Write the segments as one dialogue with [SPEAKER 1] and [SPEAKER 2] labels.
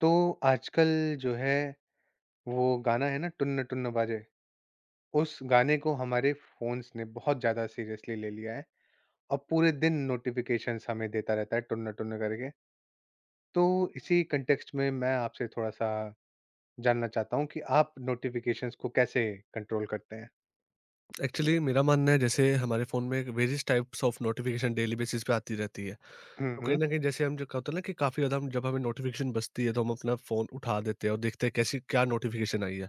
[SPEAKER 1] तो आजकल जो है वो गाना है ना, टुन्न टुन्न बाजे, उस गाने को हमारे फोन्स ने बहुत ज्यादा सीरियसली ले लिया है और पूरे दिन नोटिफिकेशंस हमें देता रहता है टुन्न टुन्न करके। तो इसी कंटेक्स्ट में मैं आपसे थोड़ा सा जानना चाहता हूँ कि आप नोटिफिकेशंस को कैसे कंट्रोल करते हैं।
[SPEAKER 2] एक्चुअली मेरा मानना है जैसे हमारे फ़ोन में various types of notification daily basis पे आती रहती है। तो कहीं
[SPEAKER 1] हम्म।
[SPEAKER 2] न कहीं जैसे हम जो क्या होता है ना कि काफ़ी ज़्यादा हम जब हमें नोटिफ़िकेशन बजती है तो हम अपना फ़ोन उठा देते हैं और देखते हैं कैसी क्या नोटिफ़िकेशन आई है।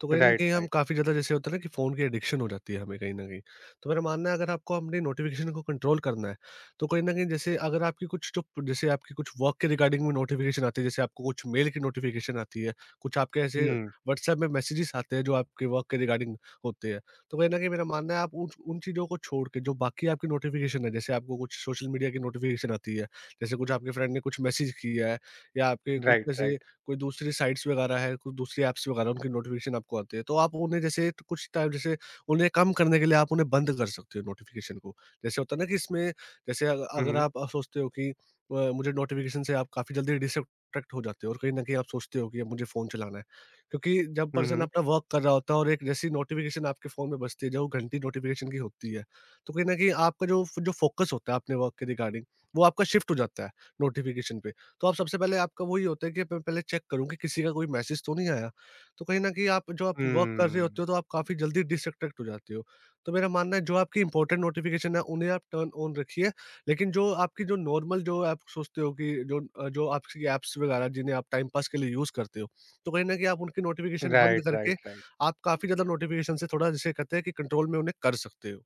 [SPEAKER 2] तो कहीं न
[SPEAKER 1] राइट,
[SPEAKER 2] कहीं हम
[SPEAKER 1] राइट।
[SPEAKER 2] काफ़ी ज़्यादा जैसे होता है ना कि फ़ोन की एडिक्शन हो जाती है हमें कहीं न कहीं। तो मेरा मानना है अगर आपको अपनी नोटिफ़िकेशन को कंट्रोल करना है, तो कहीं न कहीं जैसे अगर आपकी कुछ जो जैसे आपकी कुछ वर्क के रिगार्डिंग में नोटिफ़िकेशन आती है, जैसे आपको कुछ मेल की नोटिफ़िकेशन आती है, कुछ आपके ऐसे
[SPEAKER 1] हम्म।
[SPEAKER 2] व्हाट्सएप में मैसेजेस आते हैं जो आपके वर्क के रिगार्डिंग होते हैं। तो कहीं न कहीं मेरा मानना है आप उन उन चीज़ों को छोड़ के जो बाकी आपकी नोटिफ़िकेशन है, जैसे आपको कुछ सोशल मीडिया की नोटिफ़िकेशन आती है, जैसे कुछ आपके फ्रेंड ने कुछ मैसेज किया है या आपके कुछ
[SPEAKER 1] राइट,
[SPEAKER 2] जैसे
[SPEAKER 1] राइट।
[SPEAKER 2] कोई दूसरी साइट्स वगैरह है, कुछ दूसरी ऐप्स वगैरह उनकी नोटिफ़िकेशन आपको आती है, तो आप उन्हें जैसे त कुछ टाइम जैसे उन्हें कम करने के लिए आप उन्हें बंद कर सकते हो नोटिफ़िकेशन को। जैसे होता है ना कि इसमें जैसे अग अगर
[SPEAKER 1] हम्म।
[SPEAKER 2] आप सोचते हो कि मुझे नोटिफ़िकेशन से आप काफ़ी जल्दी डिस्ट्रैक्ट हो जाते हो और कहीं न कहीं आप सोचते हो कि अब मुझे फ़ोन चलाना है। क्योंकि जब पर्सन
[SPEAKER 1] हम्म।
[SPEAKER 2] अपना वर्क कर रहा होता है और एक जैसी नोटिफ़िकेशन आपके फ़ोन में बजती है, जो घंटी नोटिफ़िकेशन की होती है, तो कहीं न कहीं आपका जो जो फ़ोकस होता है अपने वर्क के रिगार्डिंग, वो आपका शिफ्ट हो जाता है नोटिफ़िकेशन पे। तो आप सबसे पहले आपका वही होता है कि मैं पहले चेक करूँ कि किसी का कोई मैसेज तो नहीं आया। तो कहीं न कहीं आप जो आप वर्क कर रहे
[SPEAKER 1] हम्म।
[SPEAKER 2] होते हो तो आप काफ़ी जल्दी डिस्ट्रैक्ट हो जाते हो। तो मेरा मानना है जो आपकी इम्पोर्टेंट नोटिफ़िकेशन है उन्हें आप टर्न ऑन रखिए। लेकिन जो आपकी जो नॉर्मल जो आप सोचते हो कि जो जो आपकी ऐप्स वगैरह जिन्हें आप टाइम पास के लिए यूज़ करते हो, तो कहीं न कहीं आप उनकी नोटिफ़िकेशन बंद
[SPEAKER 1] राइट, राइट,
[SPEAKER 2] करके
[SPEAKER 1] राइट।
[SPEAKER 2] आप काफ़ी ज़्यादा नोटिफ़िकेशन से थोड़ा जिसे कहते हैं कि कंट्रोल में उन्हें कर सकते हो।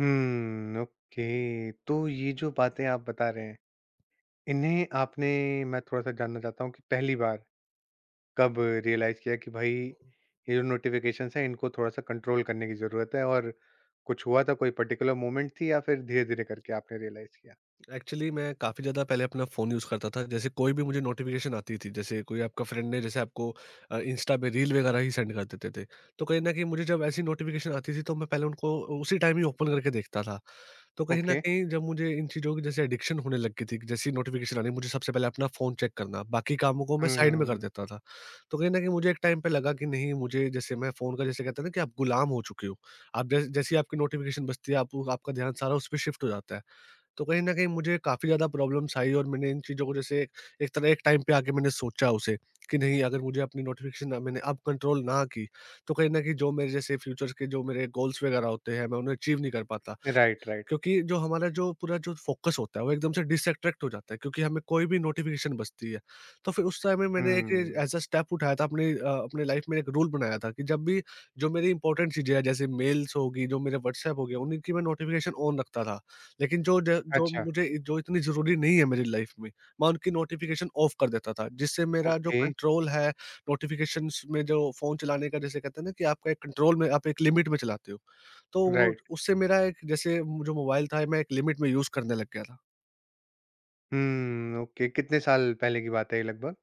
[SPEAKER 1] हम्म, ओके। तो ये जो बातें आप बता रहे हैं इन्हें आपने, मैं थोड़ा-सा जानना चाहता हूँ कि पहली बार कब रियलाइज़ किया कि भाई, ये जो नोटिफ़िकेशंस हैं इनको थोड़ा-सा कंट्रोल करने की ज़रूरत है? और कुछ हुआ था, कोई पर्टिकुलर मोमेंट थी या फिर धीरे-धीरे करके आपने रियलाइज़ किया?
[SPEAKER 2] एक्चुअली मैं काफ़ी ज़्यादा पहले अपना फ़ोन यूज़ करता था। जैसे कोई भी मुझे नोटिफ़िकेशन आती थी, जैसे कोई आपका फ्रेंड ने जैसे आपको इंस्टा पे रील वगैरह ही सेंड कर देते थे। तो कहीं न कहीं मुझे जब ऐसी नोटिफ़िकेशन आती थी तो मैं पहले उनको उसी टाइम ही ओपन करके देखता था। तो कहीं न
[SPEAKER 1] ओके।
[SPEAKER 2] कहीं जब मुझे इन चीज़ों की जैसे एडिक्शन होने लग गई थी कि जैसे ही नोटिफ़िकेशन आनी मुझे सबसे पहले अपना फ़ोन चेक करना, बाकी कामों को मैं साइड में कर
[SPEAKER 1] हुँ।
[SPEAKER 2] देता था। तो कहीं न कहीं मुझे एक टाइम पे लगा कि नहीं मुझे जैसे मैं फ़ोन का जैसे कहते हैं ना कि आप गुलाम हो चुके हो। आप जैसे जैसे ही आपकी नोटिफ़िकेशन बजती है आप आपका ध्यान सारा उस पे शिफ्ट हो जाता है। तो कहीं न कहीं मुझे काफ़ी ज़्यादा प्रॉब्लम्स आई और मैंने इन चीज़ों को जैसे एक तरह एक टाइम पे आके मैंने सोचा उसे कि नहीं अगर मुझे अपनी नोटिफ़िकेशन ना मैंने अब कंट्रोल ना की, तो कहीं न कहीं जो मेरे जैसे फ्यूचर्स के जो मेरे गोल्स वगैरह होते हैं मैं उन्हें अचीव नहीं कर पाता।
[SPEAKER 1] Right, right.
[SPEAKER 2] क्योंकि जो हमारा जो पूरा जो फ़ोकस होता है, वो एकदम से डिसअट्रैक्ट हो जाता है क्योंकि हमें कोई भी नोटिफ़िकेशन बजती है। तो फिर उस समय मैंने एक
[SPEAKER 1] हुँ।
[SPEAKER 2] एज़ अ स्टेप उठाया था अपनी अपनी लाइफ़ में एक रूल बनाया था कि जब भी जो मेरी इम्पोर्टेंट चीज़ें हैं जैसे मेल्स होगी, जो मेरे व्हाट्सएप हो गया, उनकी मैं नोटिफ़िकेशन ऑन रखता था। लेकिन जो ज जो
[SPEAKER 1] अच्छा।
[SPEAKER 2] मुझे जो इतनी ज़रूरी नहीं है मेरी लाइफ़ में, मैं उनकी नोटिफ़िकेशन ऑफ कर देता था जिससे मेरा जो
[SPEAKER 1] ओके।
[SPEAKER 2] कंट्रोल है नोटिफ़िकेशंस में जो फ़ोन चलाने का जैसे कहते हैं ना कि आपका एक कंट्रोल में आप एक लिमिट में चलाते हो। तो वो
[SPEAKER 1] राइट।
[SPEAKER 2] उससे मेरा एक जैसे जो मोबाइल था मैं एक लिमिट में यूज़ करने लग गया था।
[SPEAKER 1] हुँ, ओके। कितने साल पहले की बात है ये लगभग?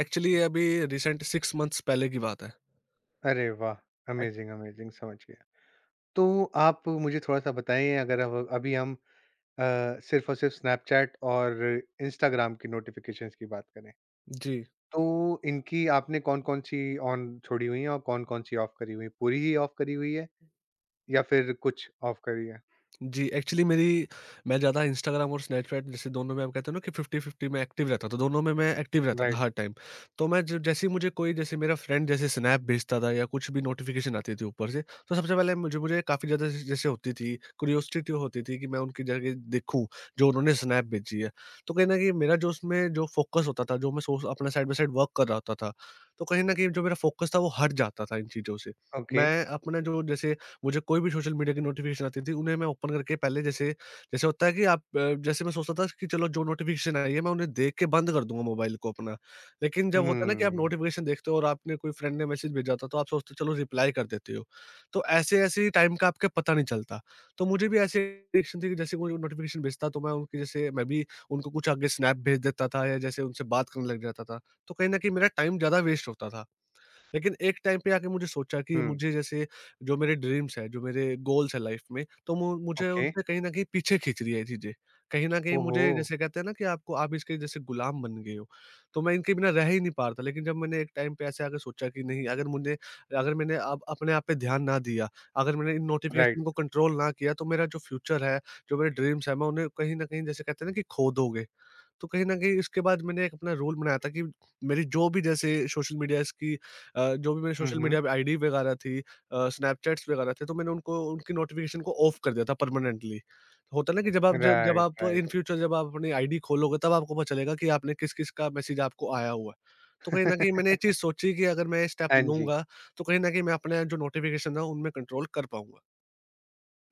[SPEAKER 2] एक्चुअली ये अभी रिसेंट 6 मंथ्स पहले की बात है।
[SPEAKER 1] अरे वाह!
[SPEAKER 2] एक-
[SPEAKER 1] अमेज़िंग, अमेज़िंग, समझ गया। तो आप मुझे थोड़ा-सा बताएँ, अगर अब अभी हम सिर्फ़ और सिर्फ़ स्नैपचैट और इंस्टाग्राम की नोटिफ़िकेशंस की बात करें,
[SPEAKER 2] जी।
[SPEAKER 1] तो इनकी आपने कौन-कौन सी ऑन छोड़ी हुई हैं और कौन-कौन सी ऑफ़ करी हुई हैं? पूरी ही ऑफ़ करी हुई है या फिर कुछ ऑफ़ करी है?
[SPEAKER 2] जी, एक्चुअली मेरी मैं ज़्यादा इंस्टाग्राम और स्नैपचैट जैसे दोनों में आप कहते हो ना कि 50-50 मैं एक्टिव रहता था, तो दोनों में मैं एक्टिव रहता था
[SPEAKER 1] राइट,
[SPEAKER 2] हर टाइम। तो मैं ज जैसे ही मुझे कोई जैसे मेरा फ्रेंड जैसे स्नैप भेजता था या कुछ भी नोटिफ़िकेशन आती थी ऊपर से, तो सबसे पहले मुझे मुझे काफ़ी ज़्यादा ज जैसे होती थी, क्यूरियोसिटी होती थी कि मैं उनकी जगह देखूँ, जो उन्होंने स्नैप भेजी है। तो कहीं न कहीं मेरा जो उसमें जो फ़ोकस होता था, जो मैं सोर्स अपना साइड बाय साइड वर्क कर रहा होता था, तो कहीं न कहीं जो मेरा फ़ोकस था वो हट जाता था इन चीज़ों से।
[SPEAKER 1] ओके।
[SPEAKER 2] मैं अपना जो जैसे मुझे कोई भी सोशल मीडिया की नोटिफिकेशन आती थी, उन्हें मैं ओपन करके पहले जैसे जैसे होता है कि आप जैसे मैं सोचता था कि चलो जो नोटिफिकेशन आई है, मैं उन्हें देख के बंद कर दूँगा मोबाइल को अपना। लेकिन जब होता है ना कि आप
[SPEAKER 1] हुँ,
[SPEAKER 2] नोटिफिकेशन देखते हो और आपने कोई फ्रेंड ने मैसेज भेजा था, तो आप सोचते हो चलो रिप्लाई कर देते हो। तो ऐसे-ऐसे टाइम का आपके पता नहीं चलता। तो मुझे भी ऐसी एडिक्शन थी कि जैसे कोई नोटिफिकेशन भेजता तो मैं उनकी जैसे मैं भी उनको कुछ आगे स्नैप भेज देता था या जैसे उनसे बात करने लग जाता था। तो कहीं न कहीं मेरा टाइम ज़्यादा वेस्ट होता था। लेकिन एक टाइम पे आके मुझे सोचा कि
[SPEAKER 1] हुँ,
[SPEAKER 2] मुझे जैसे जो मेरे ड्रीम्स हैं, जो मेरे गोल्स हैं लाइफ में, तो मु मुझे
[SPEAKER 1] ओके।
[SPEAKER 2] उनसे कहीं न कहीं पीछे खींच रही है ये चीज़ें। कहीं न कहीं
[SPEAKER 1] ओहो!
[SPEAKER 2] मुझे जैसे कहते हैं ना कि आपको आप इसके जैसे गुलाम बन गए हो, तो मैं इनके बिना रह ही नहीं पा रहा था। लेकिन जब मैंने एक टाइम पे ऐसे आके सोचा कि नहीं अगर मुझे अगर मैंने अब अपने आप पे ध्यान ना दिया, अगर मैंने इन
[SPEAKER 1] राइट,
[SPEAKER 2] नोटिफ़िकेशन को कंट्रोल ना किया, तो मेरा जो फ्यूचर है, जो मेरे ड्रीम्स हैं, मैं उन्हें कहीं न कहीं जैसे कहते हैं ना कि खो दोगे। तो कहीं न कहीं इसके बाद मैंने एक अपना रूल बनाया था कि मेरी जो भी जैसे सोशल मीडियाज़ की जो भी मेरे
[SPEAKER 1] हुँ,
[SPEAKER 2] सोशल
[SPEAKER 1] हुँ।
[SPEAKER 2] मीडिया पे आईडी वगैरह थी स्नैपचैट्स वगैरह थे, तो मैंने उनको उनकी नोटिफ़िकेशन को ऑफ कर दिया था परमानेंटली। होता है ना कि जब आप जब जब
[SPEAKER 1] राइट,
[SPEAKER 2] आप इन
[SPEAKER 1] राइट।
[SPEAKER 2] फ्यूचर जब आप अपनी आईडी खोलोगे तब आपको पता चलेगा कि आपने किस-किस का मैसेज आपको आया हुआ है। तो कहीं न कहीं मैंने ये चीज़ सोची कि अगर मैं ये स्टेप
[SPEAKER 1] हाँ जी।
[SPEAKER 2] लूँगा, तो कहीं न कहीं मैं अपने जो नोटिफ़िकेशन है उनमें कंट्रोल कर पाऊँगा।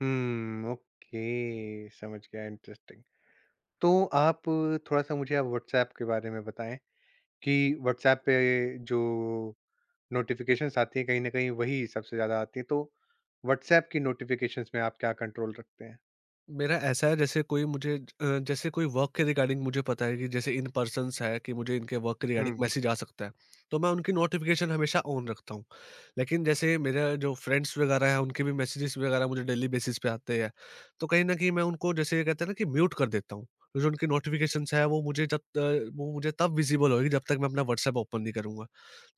[SPEAKER 1] हुँ, ओके, समझ गया, इंटरेस्टिंग। तो आप थोड़ा-सा मुझे, आप व्हाट्सऐप के बारे में बताएँ कि व्हाट्सऐप पे जो नोटिफ़िकेशंस आती हैं, कहीं न कहीं वही सबसे ज़्यादा आती है, तो व्हाट्सऐप की नोटिफ़िकेशंस में आप क्या कंट्रोल रखते हैं?
[SPEAKER 2] मेरा ऐसा है जैसे कोई मुझे ज जैसे कोई वर्क के रिगार्डिंग मुझे पता है कि जैसे इन पर्सन्स है कि मुझे इनके वर्क के रिगार्डिंग
[SPEAKER 1] हुँ,
[SPEAKER 2] मैसेज आ सकता है, तो मैं उनकी नोटिफ़िकेशन हमेशा ऑन रखता हूँ। लेकिन जैसे मेरा जो फ्रेंड्स वगैरह हैं उनके भी मैसेजेस वगैरह मुझे डेली बेसिस पे आते हैं, तो कहीं न कहीं मैं उनको जैसे ये कहते हैं ना कि म्यूट कर देता हूँ। तो जो उनकी नोटिफ़िकेशंस है वो मुझे जब वो मुझे तब विज़िबल होगी जब तक मैं अपना व्हाट्सएप ओपन नहीं करूँगा।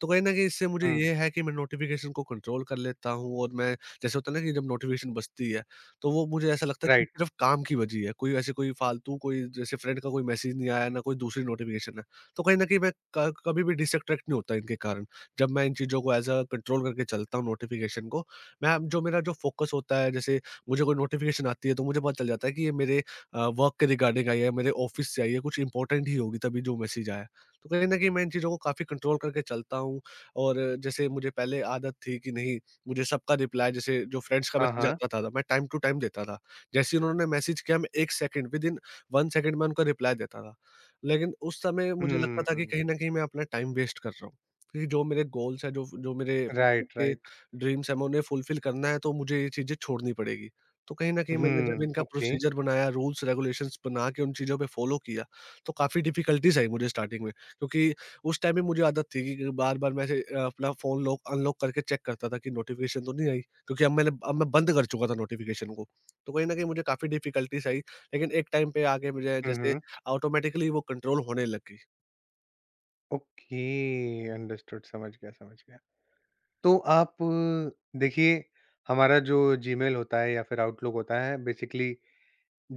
[SPEAKER 2] तो कहीं न कहीं इससे मुझे
[SPEAKER 1] हुँ,
[SPEAKER 2] ये है कि मैं नोटिफ़िकेशन को कंट्रोल कर लेता हूँ और मैं जैसे होता है ना कि जब नोटिफ़िकेशन बजती है, तो वो मुझे ऐसा लगता है कि
[SPEAKER 1] राइट,
[SPEAKER 2] सिर्फ़ काम की बजी है, कोई ऐसे कोई फ़ालतू कोई जैसे फ्रेंड का कोई मैसेज नहीं आया, ना कोई दूसरी नोटिफ़िकेशन है। तो कहीं न कहीं मैं क कभी भी डिसअट्रैक्ट नहीं होता इनके कारण। जब मैं इन चीज़ों को ऐज़ अ कंट्रोल करके चलता हूँ नोटिफ़िकेशन को, मैं जो मेरा जो फ़ोकस होता है जैसे मुझे कोई नोटिफ़िकेशन आती है तो मुझे पता चल जाता है कि ये मेरे वर्क के रिगार्डिंग आई है, मेरे ऑफ़िस से आई है, कुछ इम्पोर्टेंट ही होगी तभी जो मैसेज आया है। तो कहीं न कहीं मैं इन चीज़ों को काफ़ी कंट्रोल करके चलता हूँ और जैसे मुझे पहले आदत थी कि नहीं मुझे सबका रिप्लाई जैसे जो फ्रेंड्स का
[SPEAKER 1] हाँ,
[SPEAKER 2] मैसेज
[SPEAKER 1] हाँ।
[SPEAKER 2] आता था, मैं टाइम टू टाइम देता था। जैसे ही उन्होंने मैसेज किया मैं 1 सेकंड विदिन 1 सेकंड में उनका रिप्लाई देता था। लेकिन उस समय मुझे लगता था कि
[SPEAKER 1] हुँ,
[SPEAKER 2] कहीं न कहीं मैं अपना टाइम वेस्ट कर रहा हूँ। क्योंकि जो मेरे गोल्स हैं, जो जो मेरे फ्यूचर
[SPEAKER 1] राइट,
[SPEAKER 2] के
[SPEAKER 1] राइट।
[SPEAKER 2] ड्रीम्स हैं, मैं उन्हें फुलफिल करना है तो मुझे ये चीज़ें छोड़नी पड़ेगी। तो कहीं न कहीं मैंने जब
[SPEAKER 1] हुँ,
[SPEAKER 2] इनका
[SPEAKER 1] ओके।
[SPEAKER 2] प्रोसीजर बनाया, रूल्स रेगुलेशंस बना के उन चीज़ों पे फॉलो किया, तो काफ़ी डिफिकल्टीज़ आई मुझे स्टार्टिंग में, क्योंकि उस टाइम भी मुझे आदत थी कि बार-बार मैं ऐसे अपना फ़ोन लॉक अनलॉक करके चेक करता था कि नोटिफ़िकेशन तो नहीं आई, क्योंकि अब मैं बंद कर चुका था नोटिफ़िकेशन को। तो कहीं न कहीं मुझे काफ़ी डिफ़िकल्टीज़ आई, लेकिन एक टाइम पे आके मुझे
[SPEAKER 1] हुँ,
[SPEAKER 2] जैसे
[SPEAKER 1] हुँ,
[SPEAKER 2] ऑटोमैटिकली वो कंट्रोल होने लग गई।
[SPEAKER 1] ओके, अंडरस्टूड, समझ गया, समझ गया। तो आप देखिए, हमारा जो जीमेल होता है या फिर आउटलुक होता है, बेसिकली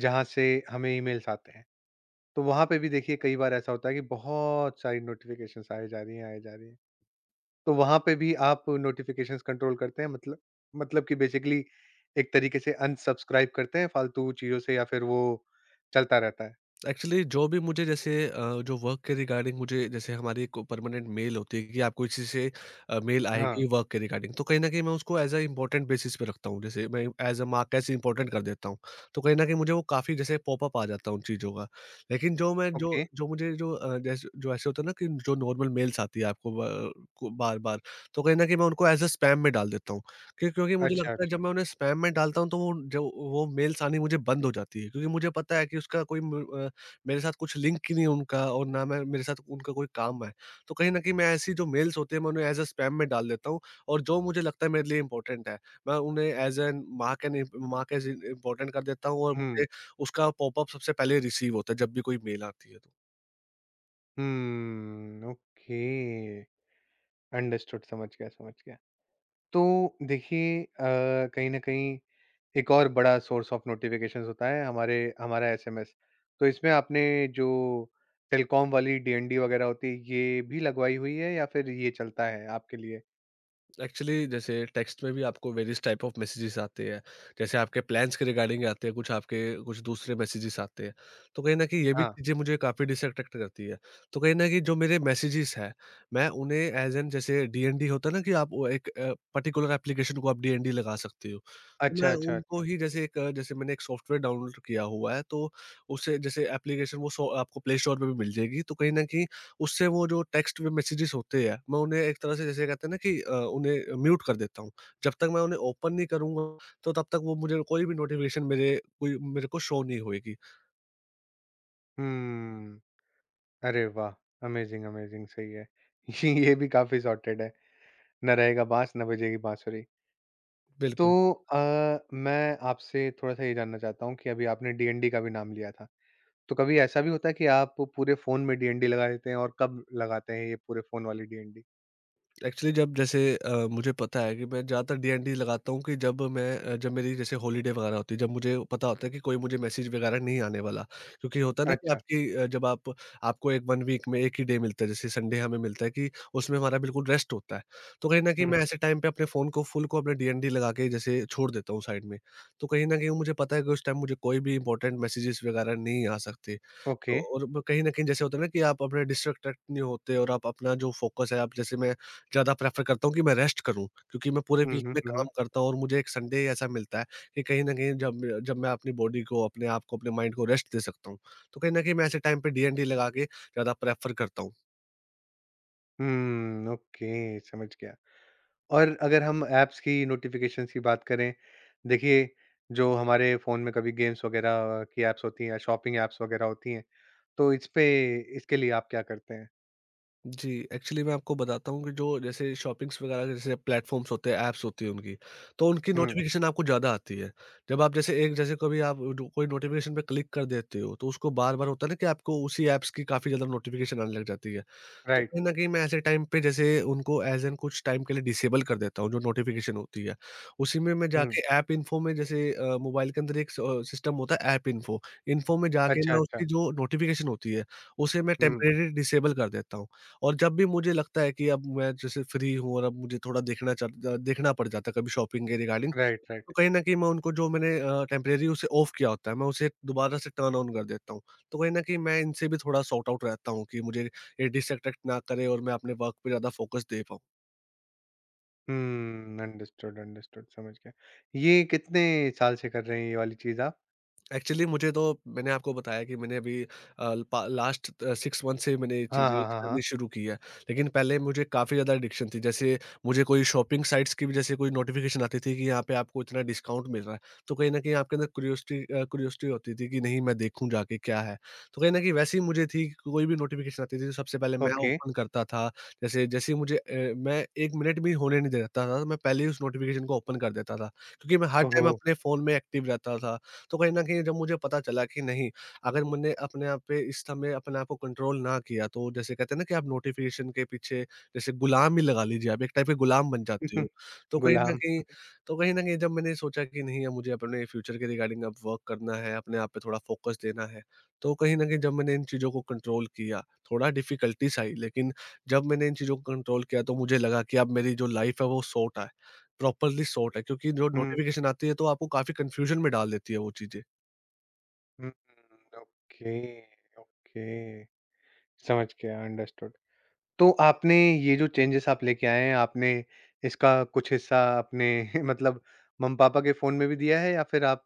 [SPEAKER 1] जहाँ से हमें ईमेल्स आते हैं, तो वहाँ पे भी देखिए कई बार ऐसा होता है कि बहुत सारी नोटिफ़िकेशंस आए जा रही हैं, आए जा रही हैं। तो वहाँ पे भी आप नोटिफ़िकेशंस कंट्रोल करते हैं? मतलब, मतलब कि बेसिकली एक तरीके से अनसब्सक्राइब करते हैं फालतू चीज़ों से या फिर वो चलता रहता है?
[SPEAKER 2] एक्चुअली जो भी मुझे जैसे जो वर्क के रिगार्डिंग मुझे, जैसे हमारी एक परमानेंट मेल होती है कि आपको इसी से मेल
[SPEAKER 1] हाँ,
[SPEAKER 2] आएगी वर्क के रिगार्डिंग। तो कहीं ना कहीं मैं उसको एज अ इंपॉर्टेंट बेसिस पे रखता हूँ, जैसे मैं एज अ मार्क ऐसे इंपॉर्टेंट कर देता हूँ। तो कहीं ना कहीं मुझे वो काफ़ी जैसे पॉपअप आ जाता है उन चीज़ों का। लेकिन
[SPEAKER 1] ओके।
[SPEAKER 2] जो मुझे जैसे जो ऐसे होता है ना, कि जो नॉर्मल मेल्स आती है आपको को बार बार। तो कहीं ना कहीं मैं उनको एज अ स्पैम में डाल देता हूँ। क्योंकि मुझे
[SPEAKER 1] अच्छा,
[SPEAKER 2] लगता है,
[SPEAKER 1] अच्छा।
[SPEAKER 2] जब मैं उन्हें स्पैम में डालता हूँ, तो वो मेल्स आनी मुझे बंद हो जाती है, क्योंकि मुझे पता है कि उसका कोई मेरे साथ कुछ लिंक ही नहीं है उनका, और ना मैं मेरे साथ उनका कोई काम है। तो कहीं न कहीं मैं ऐसी जो मेल्स होती हैं, मैं उन्हें एज़ अ स्पैम में डाल देता हूँ, और जो मुझे लगता है मेरे लिए इम्पोर्टेंट है, मैं उन्हें as an mark as important कर देता हूँ, और
[SPEAKER 1] हुँ,
[SPEAKER 2] मुझे उसका पॉपअप सबसे पहले रिसीव होता है, जब भी कोई मेल आती है तो।
[SPEAKER 1] हुँ, ओके। अंडरस्टूड, समझ गया, समझ गया। तो देखिए कहीं न कहीं एक और बड़ा सोर्स ऑफ नोटिफ़िकेशंस होता है हमारे हमारा एसएमएस। तो इसमें आपने जो टेलीकॉम वाली डीएनडी वगैरह होती है, ये भी लगवाई हुई है या फिर ये चलता है आपके लिए?
[SPEAKER 2] एक्चुअली जैसे टेक्स्ट में भी आपको वेरियस टाइप ऑफ मैसेजेस आते हैं। जैसे आपके प्लान्स के रिगार्डिंग आते हैं, कुछ दूसरे मैसेजेस आते हैं। तो कहीं न कहीं ये भी
[SPEAKER 1] हाँ।
[SPEAKER 2] चीज़ें मुझे काफ़ी डिसअट्रैक्ट करती है। तो कहीं न कहीं जो मेरे मैसेजेस हैं, मैं उन्हें एज़ एन, जैसे डीएनडी होता है ना, कि आप वो एक पर्टिकुलर एप्लीकेशन को आप डीएनडी लगा सकते हो। तो
[SPEAKER 1] अच्छा,
[SPEAKER 2] मैं
[SPEAKER 1] अच्छा,
[SPEAKER 2] उनको
[SPEAKER 1] अच्छा।
[SPEAKER 2] ही जैसे एक, जैसे मैंने एक सॉफ्टवेयर डाउनलोड किया हुआ है, तो उसे जैसे एप्लीकेशन वो सो आपको प्ले स्टोर पे भी मिल जाएगी। तो कहीं न कहीं उससे वो जो टेक्स्ट में मैसेजेस होते हैं, मैं उन्हें एक तरह से जैसे कहते हैं ना कि, उन्हें म्यूट कर देता हूँ। जब तक मैं उन्हें ओपन नहीं करूँगा, तो तब तक वो मुझे कोई भी नोटिफ़िकेशन मेरे को शो नहीं होएगी।
[SPEAKER 1] हुँ। अरे वाह! अमेज़िंग, अमेज़िंग, सही है। ये भी काफ़ी सॉर्टेड है। ना रहेगा बाँस, ना बजेगी बाँसुरी। तो
[SPEAKER 2] बिल्कुल।
[SPEAKER 1] मैं आपसे थोड़ा-सा ये जानना चाहता हूँ कि अभी आपने डीएनडी का भी नाम लिया था। तो कभी ऐसा भी होता है कि आप पूरे फ़ोन में डीएनडी लगा देते हैं? और कब लगाते हैं ये पूरे फ़ोन वाली डीएनडी?
[SPEAKER 2] एक्चुअली मुझे पता है कि मैं ज़्यादातर डीएनडी लगाता हूँ, कि जब मेरी जैसे हॉलीडे वगैरह होती है, जब मुझे पता होता है कि कोई मुझे मैसेज वगैरह नहीं आने वाला। क्योंकि होता है ना कि
[SPEAKER 1] अच्छा।
[SPEAKER 2] आपकी अ, जब आप आपको एक 1 वीक में 1 ही डे मिलता है, जैसे संडे हमें मिलता है, कि उसमें हमारा बिल्कुल रेस्ट होता है। तो कहीं न कहीं
[SPEAKER 1] हुँ।
[SPEAKER 2] मैं ऐसे टाइम पे अपने फ़ोन को फुल को अपने डीएनडी लगा के जैसे छोड़ देता हूँ साइड में। तो कहीं न कहीं मुझे पता है कि उस टाइम मुझे कोई भी इम्पोर्टेंट मैसेजेस वगैरह नहीं आ सकते।
[SPEAKER 1] ओके।
[SPEAKER 2] तो और वो कहीं न कहीं जैसे होता है ना, कि आप अपने डिस्ट्रैक्ट नहीं होते, और आप अपना जो फ़ोकस है, आप जैसे मैं ज़्यादा प्रेफ़र करता हूँ कि मैं रेस्ट करूँ, क्योंकि मैं पूरे
[SPEAKER 1] हुँ,
[SPEAKER 2] वीक
[SPEAKER 1] हुँ,
[SPEAKER 2] में
[SPEAKER 1] हुँ, हुँ।
[SPEAKER 2] काम करता हूँ और मुझे एक संडे ऐसा मिलता है कि कहीं न कहीं जब मैं अपनी बॉडी को, अपने आप को, अपने माइंड को रेस्ट दे सकता हूँ। तो कहीं न कहीं मैं ऐसे टाइम पे डीएनडी लगा के ज़्यादा प्रेफ़र करता हूँ।
[SPEAKER 1] हुँ, ओके, समझ गया। और अगर हम ऐप्स की नोटिफ़िकेशंस की बात करें, देखिए जो हमारे फ़ोन में कभी गेम्स वग़ैरह की ऐप्स होती हैं, या शॉपिंग ऐप्स वग़ैरह होती हैं, तो इस पे, इसके लिए आप क्या करते हैं?
[SPEAKER 2] जी, एक्चुअली मैं आपको बताता हूँ कि जो जैसे शॉपिंग्स वगैरह के जैसे प्लेटफ़ॉर्म्स होते हैं, ऐप्स होती हैं उनकी, तो उनकी
[SPEAKER 1] हुँ,
[SPEAKER 2] नोटिफ़िकेशन आपको ज़्यादा आती है। जब आप जैसे एक जैसे कभी आप डो कोई नोटिफ़िकेशन पे क्लिक कर देते हो, तो उसको बार-बार होता है ना कि आपको उसी ऐप्स की काफ़ी ज़्यादा नोटिफ़िकेशन आने लग जाती है। तो
[SPEAKER 1] राइट।
[SPEAKER 2] कहीं न कहीं मैं ऐसे टाइम पे जैसे उनको एज़ एन कुछ टाइम के लिए डिसेबल कर देता हूँ, जो नोटिफ़िकेशन होती है। उसी में मैं
[SPEAKER 1] हुँ,
[SPEAKER 2] जाके ऐप इन्फो में, जैसे मोबाइल के अंदर एक सिस्टम होता है ऐप इन्फो। इन्फो में जाके
[SPEAKER 1] अच्छा,
[SPEAKER 2] मैं
[SPEAKER 1] अच्छा।
[SPEAKER 2] उसकी जो नोटिफ़िकेशन होती है, उसे मैं
[SPEAKER 1] हुँ,
[SPEAKER 2] टेम्परेरी डिसेबल कर देता हूँ। और जब भी मुझे लगता है कि अब मैं जैसे फ्री हूँ, और अब मुझे थोड़ा देखना पड़ जाता है कभी शॉपिंग के रिगार्डिंग,
[SPEAKER 1] राइट,
[SPEAKER 2] तो
[SPEAKER 1] राइट।
[SPEAKER 2] कहीं न कहीं मैं उनको जो मैंने टेम्परेरी उसे ऑफ किया होता है, मैं उसे दोबारा से टर्न ऑन कर देता हूँ। तो कहीं न कहीं मैं इनसे भी थोड़ा सॉर्ट आउट रहता हूँ कि मुझे ये डिस्ट्रैक्ट ना करे, और मैं अपने वर्क पे ज़्यादा फ़ोकस दे पाऊँ।
[SPEAKER 1] हुँ, अंडरस्टूड, अंडरस्टूड, समझ गया। ये कितने साल से कर रहे हैं ये वाली चीज़ आप?
[SPEAKER 2] एक्चुअली मुझे तो मैंने आपको बताया कि मैंने अभी अ, पा लास्ट 6 मंथ से मैंने ये
[SPEAKER 1] हाँ,
[SPEAKER 2] चीज़ें
[SPEAKER 1] हाँ, हाँ, हाँ।
[SPEAKER 2] करनी शुरू की है। लेकिन पहले मुझे काफ़ी ज़्यादा एडिक्शन थी। जैसे मुझे कोई शॉपिंग साइट्स की भी जैसे कोई नोटिफ़िकेशन आती थी कि यहाँ पे आपको इतना डिस्काउंट मिल रहा है। तो कहीं न कहीं आपके अंदर क्यूरियोसिटी होती थी कि नहीं, मैं देखूँ जाके क्या है। तो कहीं न कहीं वैसे ही मुझे थी कि कोई भी नोटिफ़िकेशन आती थी, तो सबसे पहले मैं
[SPEAKER 1] ओके।
[SPEAKER 2] ओपन करता था। जैसे जैसे ही मैं 1 मिनट भी होने नहीं देता था, तो मैं पहले ही उस नोटिफ़िकेशन को ओपन कर देता था। क्योंकि मैं हर
[SPEAKER 1] ओहो!
[SPEAKER 2] टाइम अपने फ़ोन में एक्टिव रहता था। तो कहीं न कहीं जब मुझे पता चला कि नहीं, अगर मैंने अपने आप पे इस समय अपने आप को कंट्रोल ना किया, तो जैसे कहते हैं ना कि आप नोटिफ़िकेशन के पीछे, जैसे गुलाम ही लगा लीजिए आप, एक टाइप के गुलाम बन जाते हो। तो कहीं न
[SPEAKER 1] गुलाम।
[SPEAKER 2] कहीं तो कहीं न कहीं जब मैंने सोचा कि नहीं, अब मुझे अपने फ्यूचर के रिगार्डिंग अब वर्क करना है, अपने आप पे थोड़ा फ़ोकस देना है, तो कहीं न कहीं जब मैंने इन चीज़ों को कंट्रोल किया, थोड़ा डिफ़िकल्टीज़ आई, लेकिन जब मैंने इन चीज़ों को कंट्रोल किया, तो मुझे लगा कि अब मेरी जो लाइफ़ है वो सॉर्ट है, प्रॉपरली सॉर्ट है, क्योंकि जो
[SPEAKER 1] हुँ,
[SPEAKER 2] नोटिफ़िकेशन आती है तो आपको काफ़ी कन्फ्यूज़न में डाल देती है वो चीज़ें।
[SPEAKER 1] हुँ, ओके, ओके। समझ गया, अंडरस्टूड। तो आपने ये जो चेंजेस आप लेके आए हैं, आपने इसका कुछ हिस्सा अपने मतलब मम्मी-पापा के फ़ोन में भी दिया है या फिर आप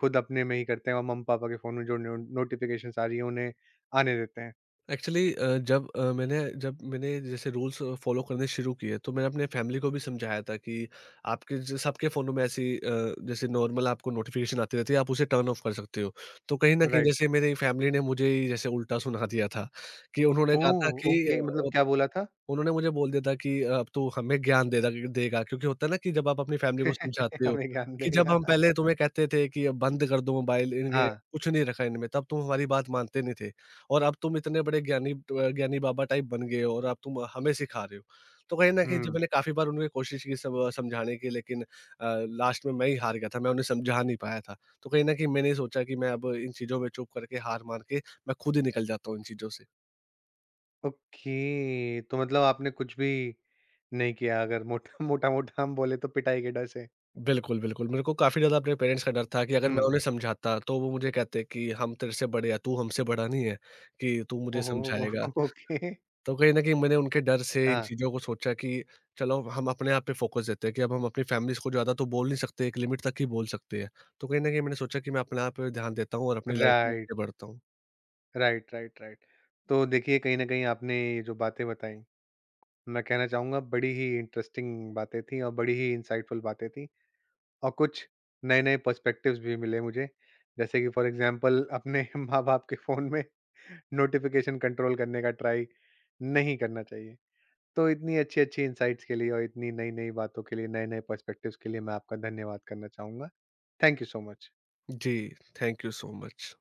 [SPEAKER 1] खुद अपने में ही करते हैं और मम्मी-पापा के फ़ोन में जो नो नोटिफ़िकेशंस आ रही हैं, उन्हें आने देते हैं?
[SPEAKER 2] एक्चुअली अ, जब अ, मैंने जब मैंने जैसे रूल्स फॉलो करने शुरू किए, तो मैंने अपने फैमिली को भी समझाया था कि आपके सबके फ़ोनों में ऐसी जैसे नॉर्मल आपको नोटिफिकेशन आती रहती है, आप उसे टर्न ऑफ कर सकते हो। तो कहीं ना कहीं
[SPEAKER 1] राइट।
[SPEAKER 2] जैसे मेरी फैमिली ने मुझे ही जैसे उल्टा सुना दिया था। कि उन्होंने कहा था
[SPEAKER 1] ओह!
[SPEAKER 2] कि
[SPEAKER 1] ओके, मतलब क्या बोला था?
[SPEAKER 2] उन्होंने मुझे बोल दिया था कि अब तू हमें ज्ञान दे दा देगा, क्योंकि होता है ना कि जब आप अपनी फैमिली को समझाते हो,
[SPEAKER 1] हमें ज्ञान
[SPEAKER 2] कि जब
[SPEAKER 1] देगा।
[SPEAKER 2] हम पहले तुम्हें कहते थे कि अब बंद कर दो मोबाइल, इनके
[SPEAKER 1] हाँ।
[SPEAKER 2] कुछ नहीं रखा इनमें, तब तुम हमारी बात मानते नहीं थे, और अब तुम इतने बड़े ज्ञानी बाबा टाइप बन गए हो, और अब तुम हमें सिखा रहे हो। तो कहीं न कहीं जब
[SPEAKER 1] हुँ।
[SPEAKER 2] मैंने काफ़ी बार उनको कोशिश की सब समझाने की, लेकिन लास्ट में मैं ही हार गया था, मैं उन्हें समझा नहीं पाया था। तो कहीं न कहीं मैंने सोचा कि मैं अब इन चीज़ों में चुप करके, हार मान के मैं खुद ही निकल जाता हूँ इन चीज़ों से।
[SPEAKER 1] ओके। तो मतलब आपने कुछ भी नहीं किया, अगर मोटा मोटा-मोटा हम बोले, तो पिटाई के डर से।
[SPEAKER 2] बिल्कुल, बिल्कुल। मेरे को काफ़ी ज़्यादा अपने पेरेंट्स का डर था कि अगर मैं
[SPEAKER 1] हुँ।
[SPEAKER 2] उन्हें समझाता, तो वो मुझे कहते कि हम तेरे से बड़े हैं, तू हमसे बड़ा नहीं है कि तू मुझे
[SPEAKER 1] ओह!
[SPEAKER 2] समझाएगा।
[SPEAKER 1] ओके।
[SPEAKER 2] तो कहीं न कहीं मैंने उनके डर से इन
[SPEAKER 1] हाँ।
[SPEAKER 2] चीज़ों को सोचा कि चलो, हम अपने आप पे फ़ोकस देते हैं कि अब हम अपनी फैमिलीज़ को ज़्यादा तो बोल नहीं सकते, एक लिमिट तक ही बोल सकते हैं। तो कहीं न कहीं मैंने सोचा कि मैं अपने आप पे ध्यान देता हूँ और अपनी लाइफ़ में
[SPEAKER 1] राइट।
[SPEAKER 2] आगे बढ़ता हूँ।
[SPEAKER 1] Right, right, right. तो देखिए कहीं न कहीं आपने ये जो बातें बताई, मैं कहना चाहूँगा बड़ी ही इंटरेस्टिंग बातें थी और बड़ी ही इनसाइटफुल बातें थी और कुछ नए-नए पर्सपेक्टिव्स भी मिले मुझे। जैसे कि फ़ॉर एग्ज़ाम्पल अपने माँ-बाप के फ़ोन में नोटिफ़िकेशन कंट्रोल करने का ट्राई नहीं करना चाहिए। तो इतनी अच्छी-अच्छी इनसाइट्स के लिए और इतनी नई-नई बातों के लिए, नए-नए पर्सपेक्टिव्स के लिए मैं आपका धन्यवाद करना चाहूँगा। Thank you so much.
[SPEAKER 2] जी, थैंक यू सो मच।